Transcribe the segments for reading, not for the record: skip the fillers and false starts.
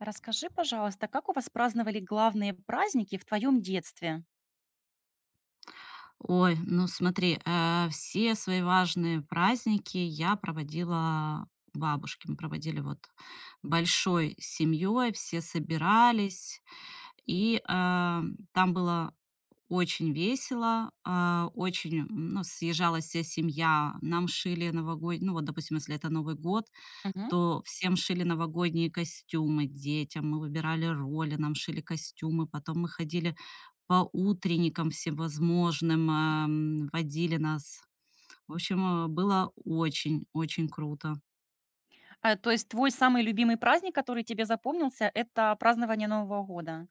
Расскажи, пожалуйста, как у вас праздновали главные праздники в твоем детстве? Ой, ну смотри, все свои важные праздники я проводила у бабушки. Мы проводили вот большой семьей, все собирались, и, там было очень весело, очень, ну, съезжалась вся семья. Нам шили новогод ну, вот, допустим, если это Новый год, Мгм. то всем шили новогодние костюмы, детям. Мы выбирали роли, нам шили костюмы. Потом мы ходили по утренникам всевозможным, водили нас. В общем, было очень-очень круто. То есть твой самый любимый праздник, который тебе запомнился, это празднование Нового года?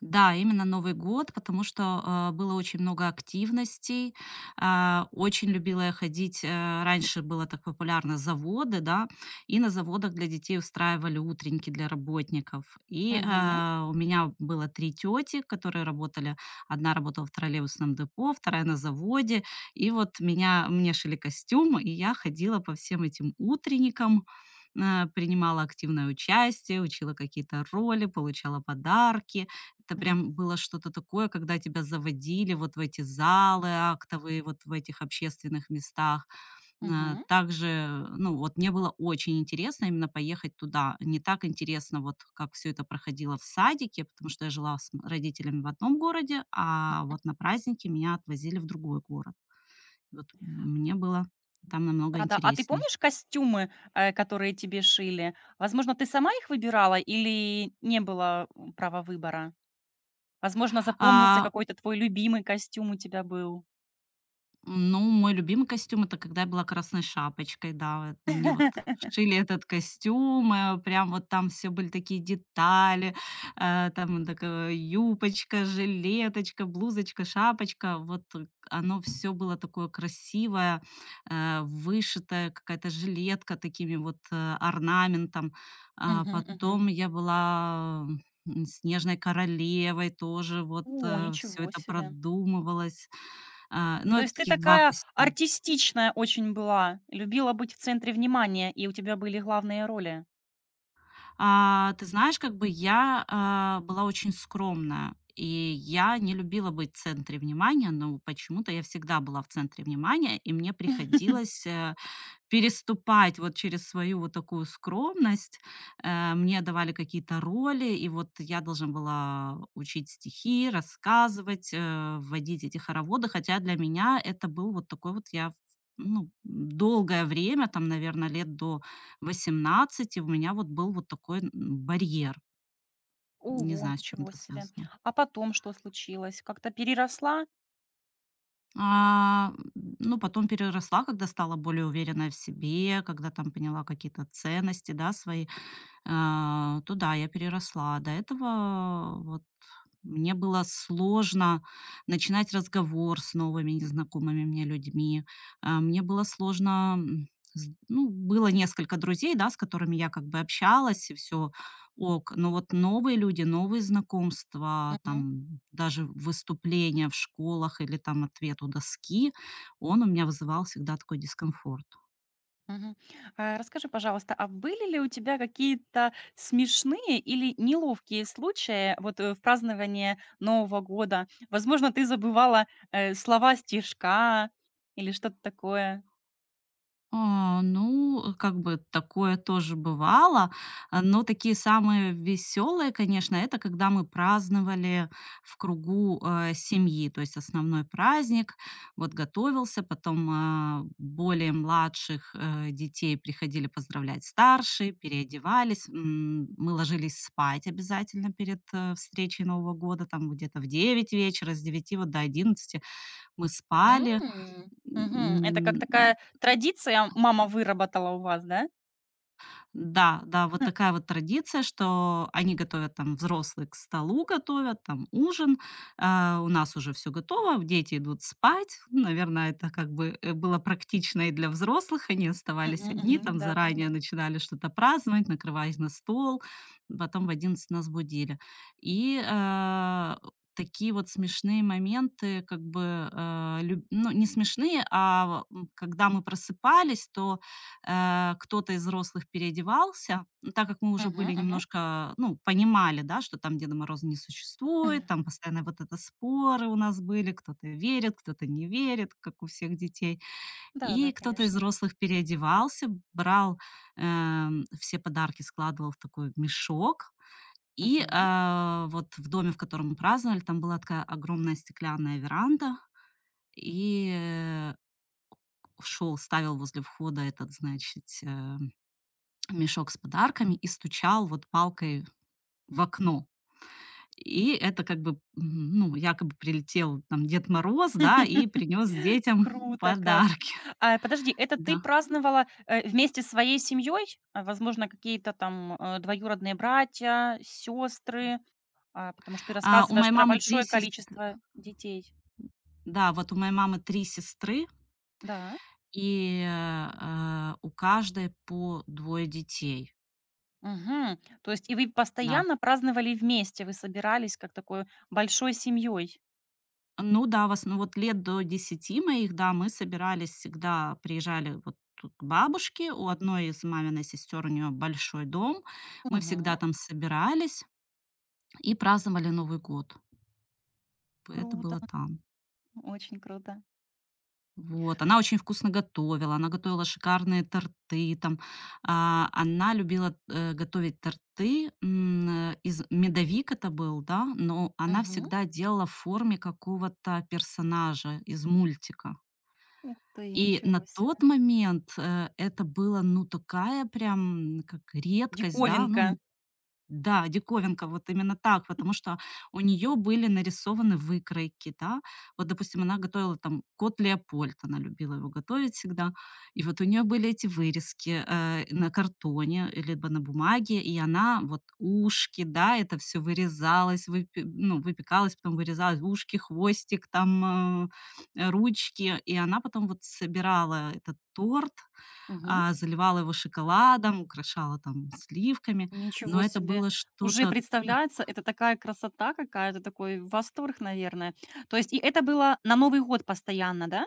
Да, именно Новый год, потому что, было очень много активностей. Очень любила я ходить, раньше было так популярно заводы, да, и на заводах для детей устраивали утренники для работников. Мгм. У меня было 3 тети, которые работали. Одна работала в троллейбусном депо, вторая на заводе. И вот меня мне шили костюм, и я ходила по всем этим утренникам, принимала активное участие, учила какие-то роли, получала подарки. Это М. прям было что-то такое, когда тебя заводили вот в эти залы актовые, вот в этих общественных местах. На Мгм. Также, ну, вот мне было очень интересно именно поехать туда. Не так интересно, вот как все это проходило в садике, потому что я жила с родителями в одном городе, а вот на праздники меня отвозили в другой город. Вот мне было там намного Да-да. Ты интереснее. помнишь костюмы, которые тебе шили? Возможно, ты сама их выбирала или не было, права выбора? Возможно, запомнился А какой-то твой любимый костюм у тебя был. Ну, мой любимый костюм — это когда я была "Красной шапочкой", да, вот мне вот шили этот костюм, прям вот там все были такие детали, там такая юбочка, жилеточка, блузочка, шапочка. Вот оно все было такое красивое, вышитое, какая-то жилетка такими вот, орнаментом. А Мгм, мгм. потом я была, "Снежной королевой", тоже вот, О, все ничего это себе! продумывалось. Ну, То это есть ты таких 2 такая костюма. артистичная очень была, любила быть в центре внимания, и у тебя были главные роли. Ты знаешь, как бы я, была очень скромная, и я не любила быть в центре внимания, но почему-то я всегда была в центре внимания, и мне приходилось, переступать вот через свою вот такую скромность. Мне давали какие-то роли, и вот я должна была учить стихи, рассказывать, вводить эти хороводы. Хотя для меня это был вот такой вот я ну, долгое время, там, наверное, лет до 18 у меня вот был вот такой н барьер. Не Ого, знаю, с чем ничего это себе. связано. А потом что случилось? Как-то переросла? Ну, потом переросла, когда стала более уверенная в себе, когда там поняла какие-то ценности, да, свои. То да, я переросла. До этого вот мне было сложно начинать разговор с новыми незнакомыми мне людьми. Мне было сложно, м, с ну, было несколько друзей, да, с которыми я как бы общалась, и все ок. Но вот новые люди, новые знакомства, Мгм, там даже выступления в школах или там ответ у доски, он у меня вызывал всегда такой дискомфорт. мгм. Расскажи, пожалуйста, а были ли у тебя какие-то смешные или неловкие случаи вот, в праздновании Нового года? Возможно, ты забывала, слова стишка или что-то такое? Ну, как бы такое тоже бывало, но такие самые веселые, конечно, это когда мы праздновали в кругу, семьи. То есть основной праздник вот готовился, потом, более младших, детей приходили поздравлять старшие, переодевались, мы ложились спать обязательно перед, встречей Нового года, там где-то в 9 вечера, с 9 вот до 11 мы М. спали. Мгм. Это как М, такая традиция мама выработала у вас, да? Да, да, вот такая вот традиция, что они готовят там, взрослые к столу готовят, там ужин, у нас уже все готово, дети идут спать. Наверное, это как бы, было практично и для взрослых. Они оставались Мгм, одни, там мгм. Да, заранее понимаю. начинали что-то праздновать, накрывать на стол, потом в 11 нас будили. И, а, Такие вот смешные моменты, как бы, а, лю ну, не смешные, когда мы просыпались, то кто-то из взрослых переодевался, ну, так как мы уже Мгм, были мгм. немножко, ну, понимали, да, что там Деда Мороза не существует, там постоянно вот это споры у нас были, кто-то верит, кто-то не верит, как у всех детей. Да, И да, кто-то из конечно. взрослых переодевался, брал все подарки, складывал в такой мешок, и Мгм. Вот в доме, в котором мы праздновали, там была такая огромная стеклянная веранда, и шел, ставил возле входа этот, значит, мешок с подарками и стучал вот палкой в окно. И это как бы, ну, якобы прилетел там Дед Мороз, да, и принес детям Круто как. подарки. Подожди, это ты Да. праздновала, вместе с своей семьей? А, возможно, какие-то там, двоюродные братья, сестры? А, потому что ты А, у рассказываешь моей про мамы 3 большое сес количество детей. Да, вот у моей мамы 3 сестры, Да. и, у каждой по двое детей. Мгм. То есть и вы Да. постоянно праздновали вместе, вы собирались как такой большой семьей? Ну да, в основ вот лет до 10 моих, да, мы собирались всегда, приезжали вот тут к бабушке. У одной из маминой сестер у нее большой дом. Мы Мгм. всегда там собирались и праздновали Новый год. Это Круто, было там. очень круто. Вот. Она очень вкусно готовила. Она готовила шикарные торты там. Она любила, готовить торты, из медовик это был, да, но она Мгм. всегда делала в форме какого-то персонажа из мультика. Ух ты, И на ничего себе. тот момент, это было, ну, такая прям, как редкость, да. Диковинка. Ну, да, диковинка, вот именно так, потому что у нее были нарисованы выкройки, да. Вот, допустим, она готовила там кот Леопольд, она любила его готовить всегда. И вот у нее были эти вырезки, на картоне, либо на бумаге, и она вот ушки, да, это все вырезалось, выпе ну, выпекалось, потом вырезалось, ушки, хвостик, там, ручки. И она потом вот собирала этот торт, Мгм. Заливала его шоколадом, украшала там сливками. Но Ничего это себе. было Уже что-то так. представляется, это такая красота какая-то, такой восторг, наверное. То есть и это было на Новый год постоянно, да?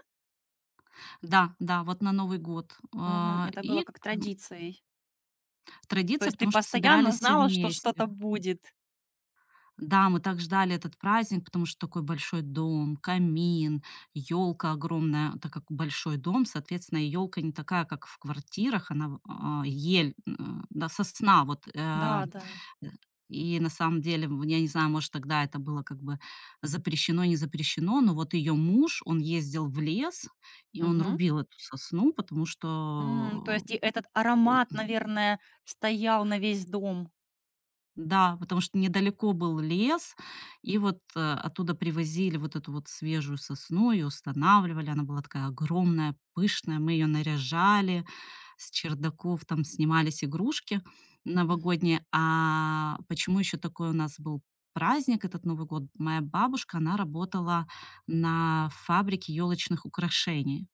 Да, да, вот на Новый год. Мгм. Это было как м, традицией. То Традиция, есть ты потому что постоянно собирались все знала, что вместе. что-то будет. Да, мы так ждали этот праздник, потому что такой большой дом, камин, елка огромная. Так как большой дом, соответственно, елка не такая, как в квартирах, она ель, да, сосна. Вот, да. Да, да. И на самом деле, я не знаю, может, тогда это было как бы запрещено, не запрещено, но вот ее муж, он ездил в лес, и он Мгм. рубил эту сосну, потому М, то что есть и этот аромат, наверное, стоял на весь дом. да, потому что недалеко был лес, и вот, оттуда привозили вот эту вот свежую сосну, ее устанавливали. Она была такая огромная, пышная. Мы ее наряжали, с чердаков там снимались игрушки новогодние. А почему еще такой у нас был праздник, этот Новый год? Моя бабушка, она работала на фабрике елочных украшений.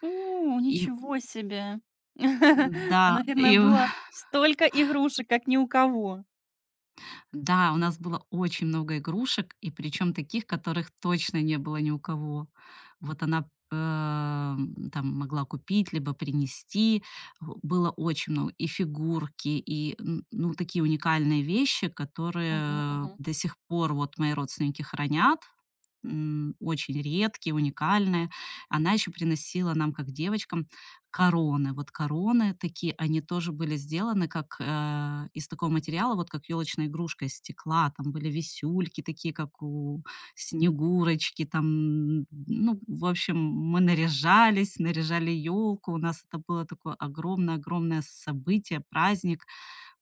О, И ничего себе! Ну, да, наверное, и было столько игрушек, как ни у кого. да, у нас было очень много игрушек, и причем таких, которых точно не было ни у кого. Вот она, там могла купить либо принести. Было очень много и фигурки, и ну, такие уникальные вещи, Мгм, которые мгм. до сих пор вот мои родственники хранят, очень редкие, уникальные. Она еще приносила нам, как девочкам, короны. Вот короны такие, они тоже были сделаны как из такого материала, вот как елочная игрушка из стекла. Там были висюльки такие, как у снегурочки. Там, ну, в общем, мы наряжались, наряжали елку. У нас это было такое огромное-огромное событие, праздник.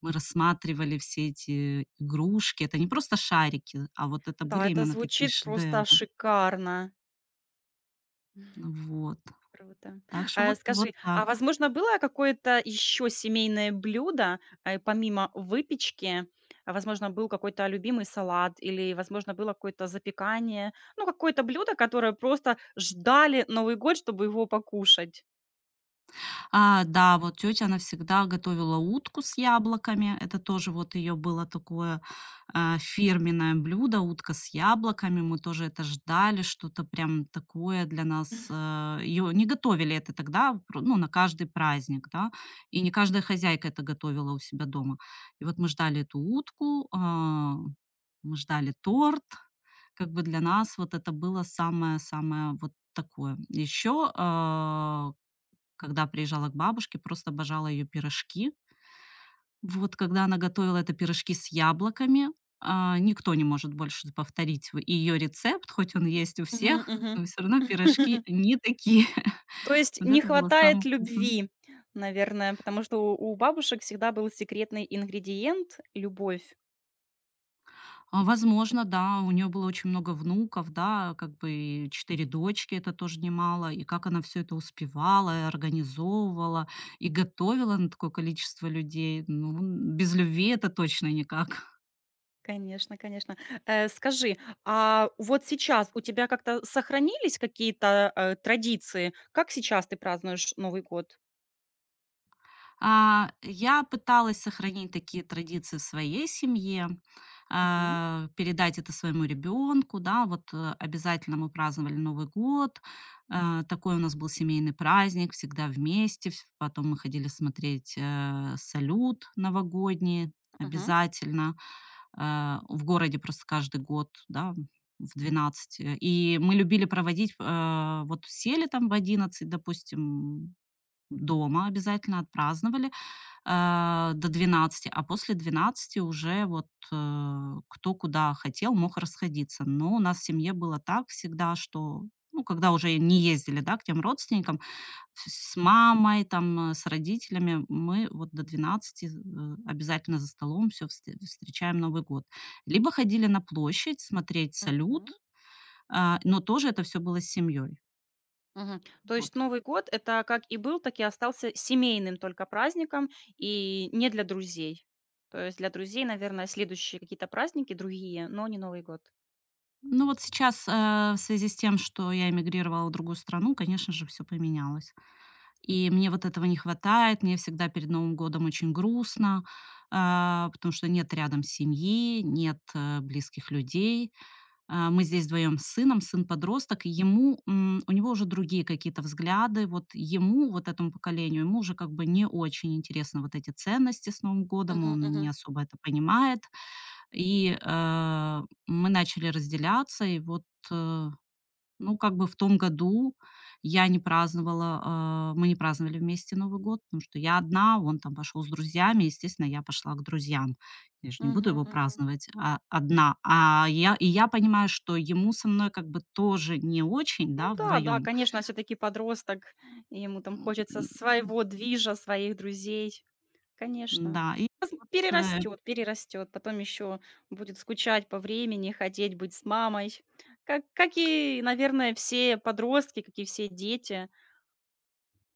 Мы рассматривали все эти игрушки. Это не просто шарики, а вот это были Да, это именно такие звучит просто шедевры. шикарно. Вот. Круто. Так что А, вот вот скажи, так. а возможно, было какое-то еще семейное блюдо, помимо выпечки? А, возможно, был какой-то любимый салат или, возможно, было какое-то запекание? Ну, какое-то блюдо, которое просто ждали Новый год, чтобы его покушать. Да, вот тётя, она всегда готовила утку с яблоками. Это тоже вот её было такое, фирменное блюдо — утка с яблоками. Мы тоже это ждали, что-то прям такое для нас. Её не готовили это тогда, пр ну, на каждый праздник, да, и не каждая хозяйка это готовила у себя дома. И вот мы ждали эту утку, мы ждали торт. Как бы для нас вот это было самое-самое вот такое. Ещё, когда приезжала к бабушке, просто обожала ее пирожки. Вот когда она готовила это пирожки с яблоками, никто не может больше повторить в ее рецепт, хоть он есть у Мгм, всех, мгм. но все равно пирожки не такие. То есть Вот не это было самое хватает вкусное. любви, наверное, потому что у бабушек всегда был секретный ингредиент - любовь. Возможно, да, у нее было очень много внуков, да, как бы и 4 дочки, это тоже немало. И как она все это успевала, и организовывала, и готовила на такое количество людей. Ну, без любви это точно никак. Конечно, конечно. Э, скажи, а вот сейчас у тебя как-то сохранились какие-то, традиции? Как сейчас ты празднуешь Новый год? Я пыталась сохранить такие традиции в своей семье, Мгм, передать это своему ребенку, да. Вот, обязательно мы праздновали Новый год. Такой у нас был семейный праздник, всегда вместе. Вс Потом мы ходили смотреть, салют новогодний мгм, обязательно, в городе просто каждый год, да, в 12. И мы любили проводить, вот сели там в 11, допустим, дома обязательно, отпраздновали, до 12, а после 12 уже вот, кто куда хотел, мог расходиться. Но у нас в семье было так всегда, что, ну, когда уже не ездили, да, к тем родственникам, с мамой, там, с родителями, мы вот до 12 обязательно за столом все встречаем Новый год. Либо ходили на площадь смотреть мгм, салют, но тоже это все было с семьей. мгм. То Вот. есть Новый год - это как и был, так и остался семейным только праздником и не для друзей. То есть для друзей, наверное, следующие какие-то праздники другие, но не Новый год. Ну, вот сейчас, в связи с тем, что я эмигрировала в другую страну, конечно же, все поменялось. И мне вот этого не хватает. Мне всегда перед Новым годом очень грустно, потому что нет рядом семьи, нет близких людей. Мы здесь вдвоем с сыном, сын подросток, и у него уже другие какие-то взгляды. Вот ему, вот этому поколению, ему уже как бы не очень интересны вот эти ценности с Новым годом, Мгм, он не мгм, особо это понимает. И э, мы начали разделяться, и вот э, ну, как бы в том году я не праздновала, а, мы не праздновали вместе Новый год, потому что я одна, он там пошел с друзьями, естественно, я пошла к друзьям. Я же не буду мгм, его мгм. праздновать, одна. И я понимаю, что ему со мной как бы тоже не очень, Ну да, да, да, вдвоем. конечно, все таки подросток, и ему там М, хочется своего движа, своих друзей. Конечно. Да, и Пос вот, Перерастет, перерастет, потом еще будет скучать по времени, хотеть быть с мамой. Как и, наверное, все подростки, как и все дети.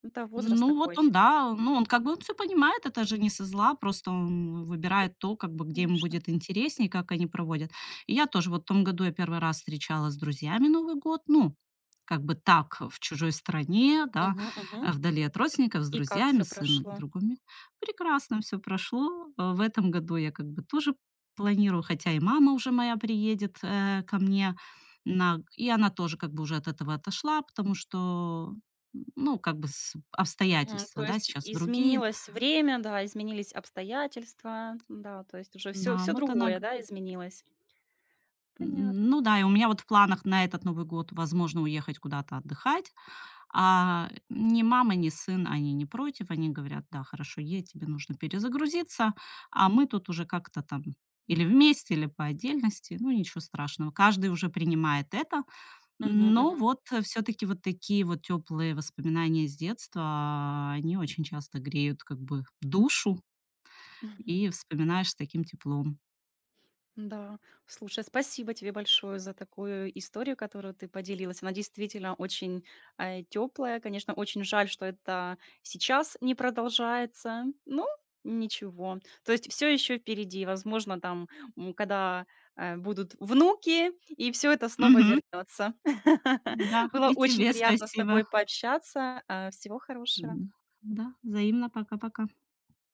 Это возраст вот он, такой, да, ну, он как бы он все понимает, это же не со зла, просто он выбирает то, как бы, где ему конечно. будет интереснее, как они проводят. И я тоже, вот в том году я первый раз встречала с друзьями Новый год, ну, как бы так, в чужой стране, да, Мгм, мгм. Вдали от родственников, с И как друзьями, все с сыном, прошло. другими. Прекрасно все прошло. В этом году я как бы тоже планирую, хотя и мама уже моя приедет, ко мне на и она тоже как бы уже от этого отошла, потому что ну, как бы с М, обстоятельства, то да, есть сейчас другие. изменилось время, да, изменились обстоятельства, да, то есть уже все Да, все вот она другое, да, изменилось. Понятно. ну да, и у меня вот в планах на этот Новый год, возможно, уехать куда-то отдыхать. А ни мама, ни сын, они не против. Они говорят: "Да, хорошо, едь, тебе нужно перезагрузиться". А мы тут уже как-то там или вместе, или по отдельности, ну, ничего страшного. Каждый уже принимает это. Мгм, Но мгм. вот все таки вот такие вот теплые воспоминания с детства, они очень часто греют как бы душу. И вспоминаешь с таким теплом. Да, слушай, спасибо тебе большое за такую историю, которую ты поделилась. Она действительно очень теплая. Конечно, очень жаль, что это сейчас не продолжается. Ну, ничего. То есть все еще впереди. Возможно, там, когда будут внуки, и все это снова Мгм. вернется. Да, Было и очень тебе приятно с спасибо. тобой пообщаться. Всего хорошего. М, да, взаимно. Пока-пока.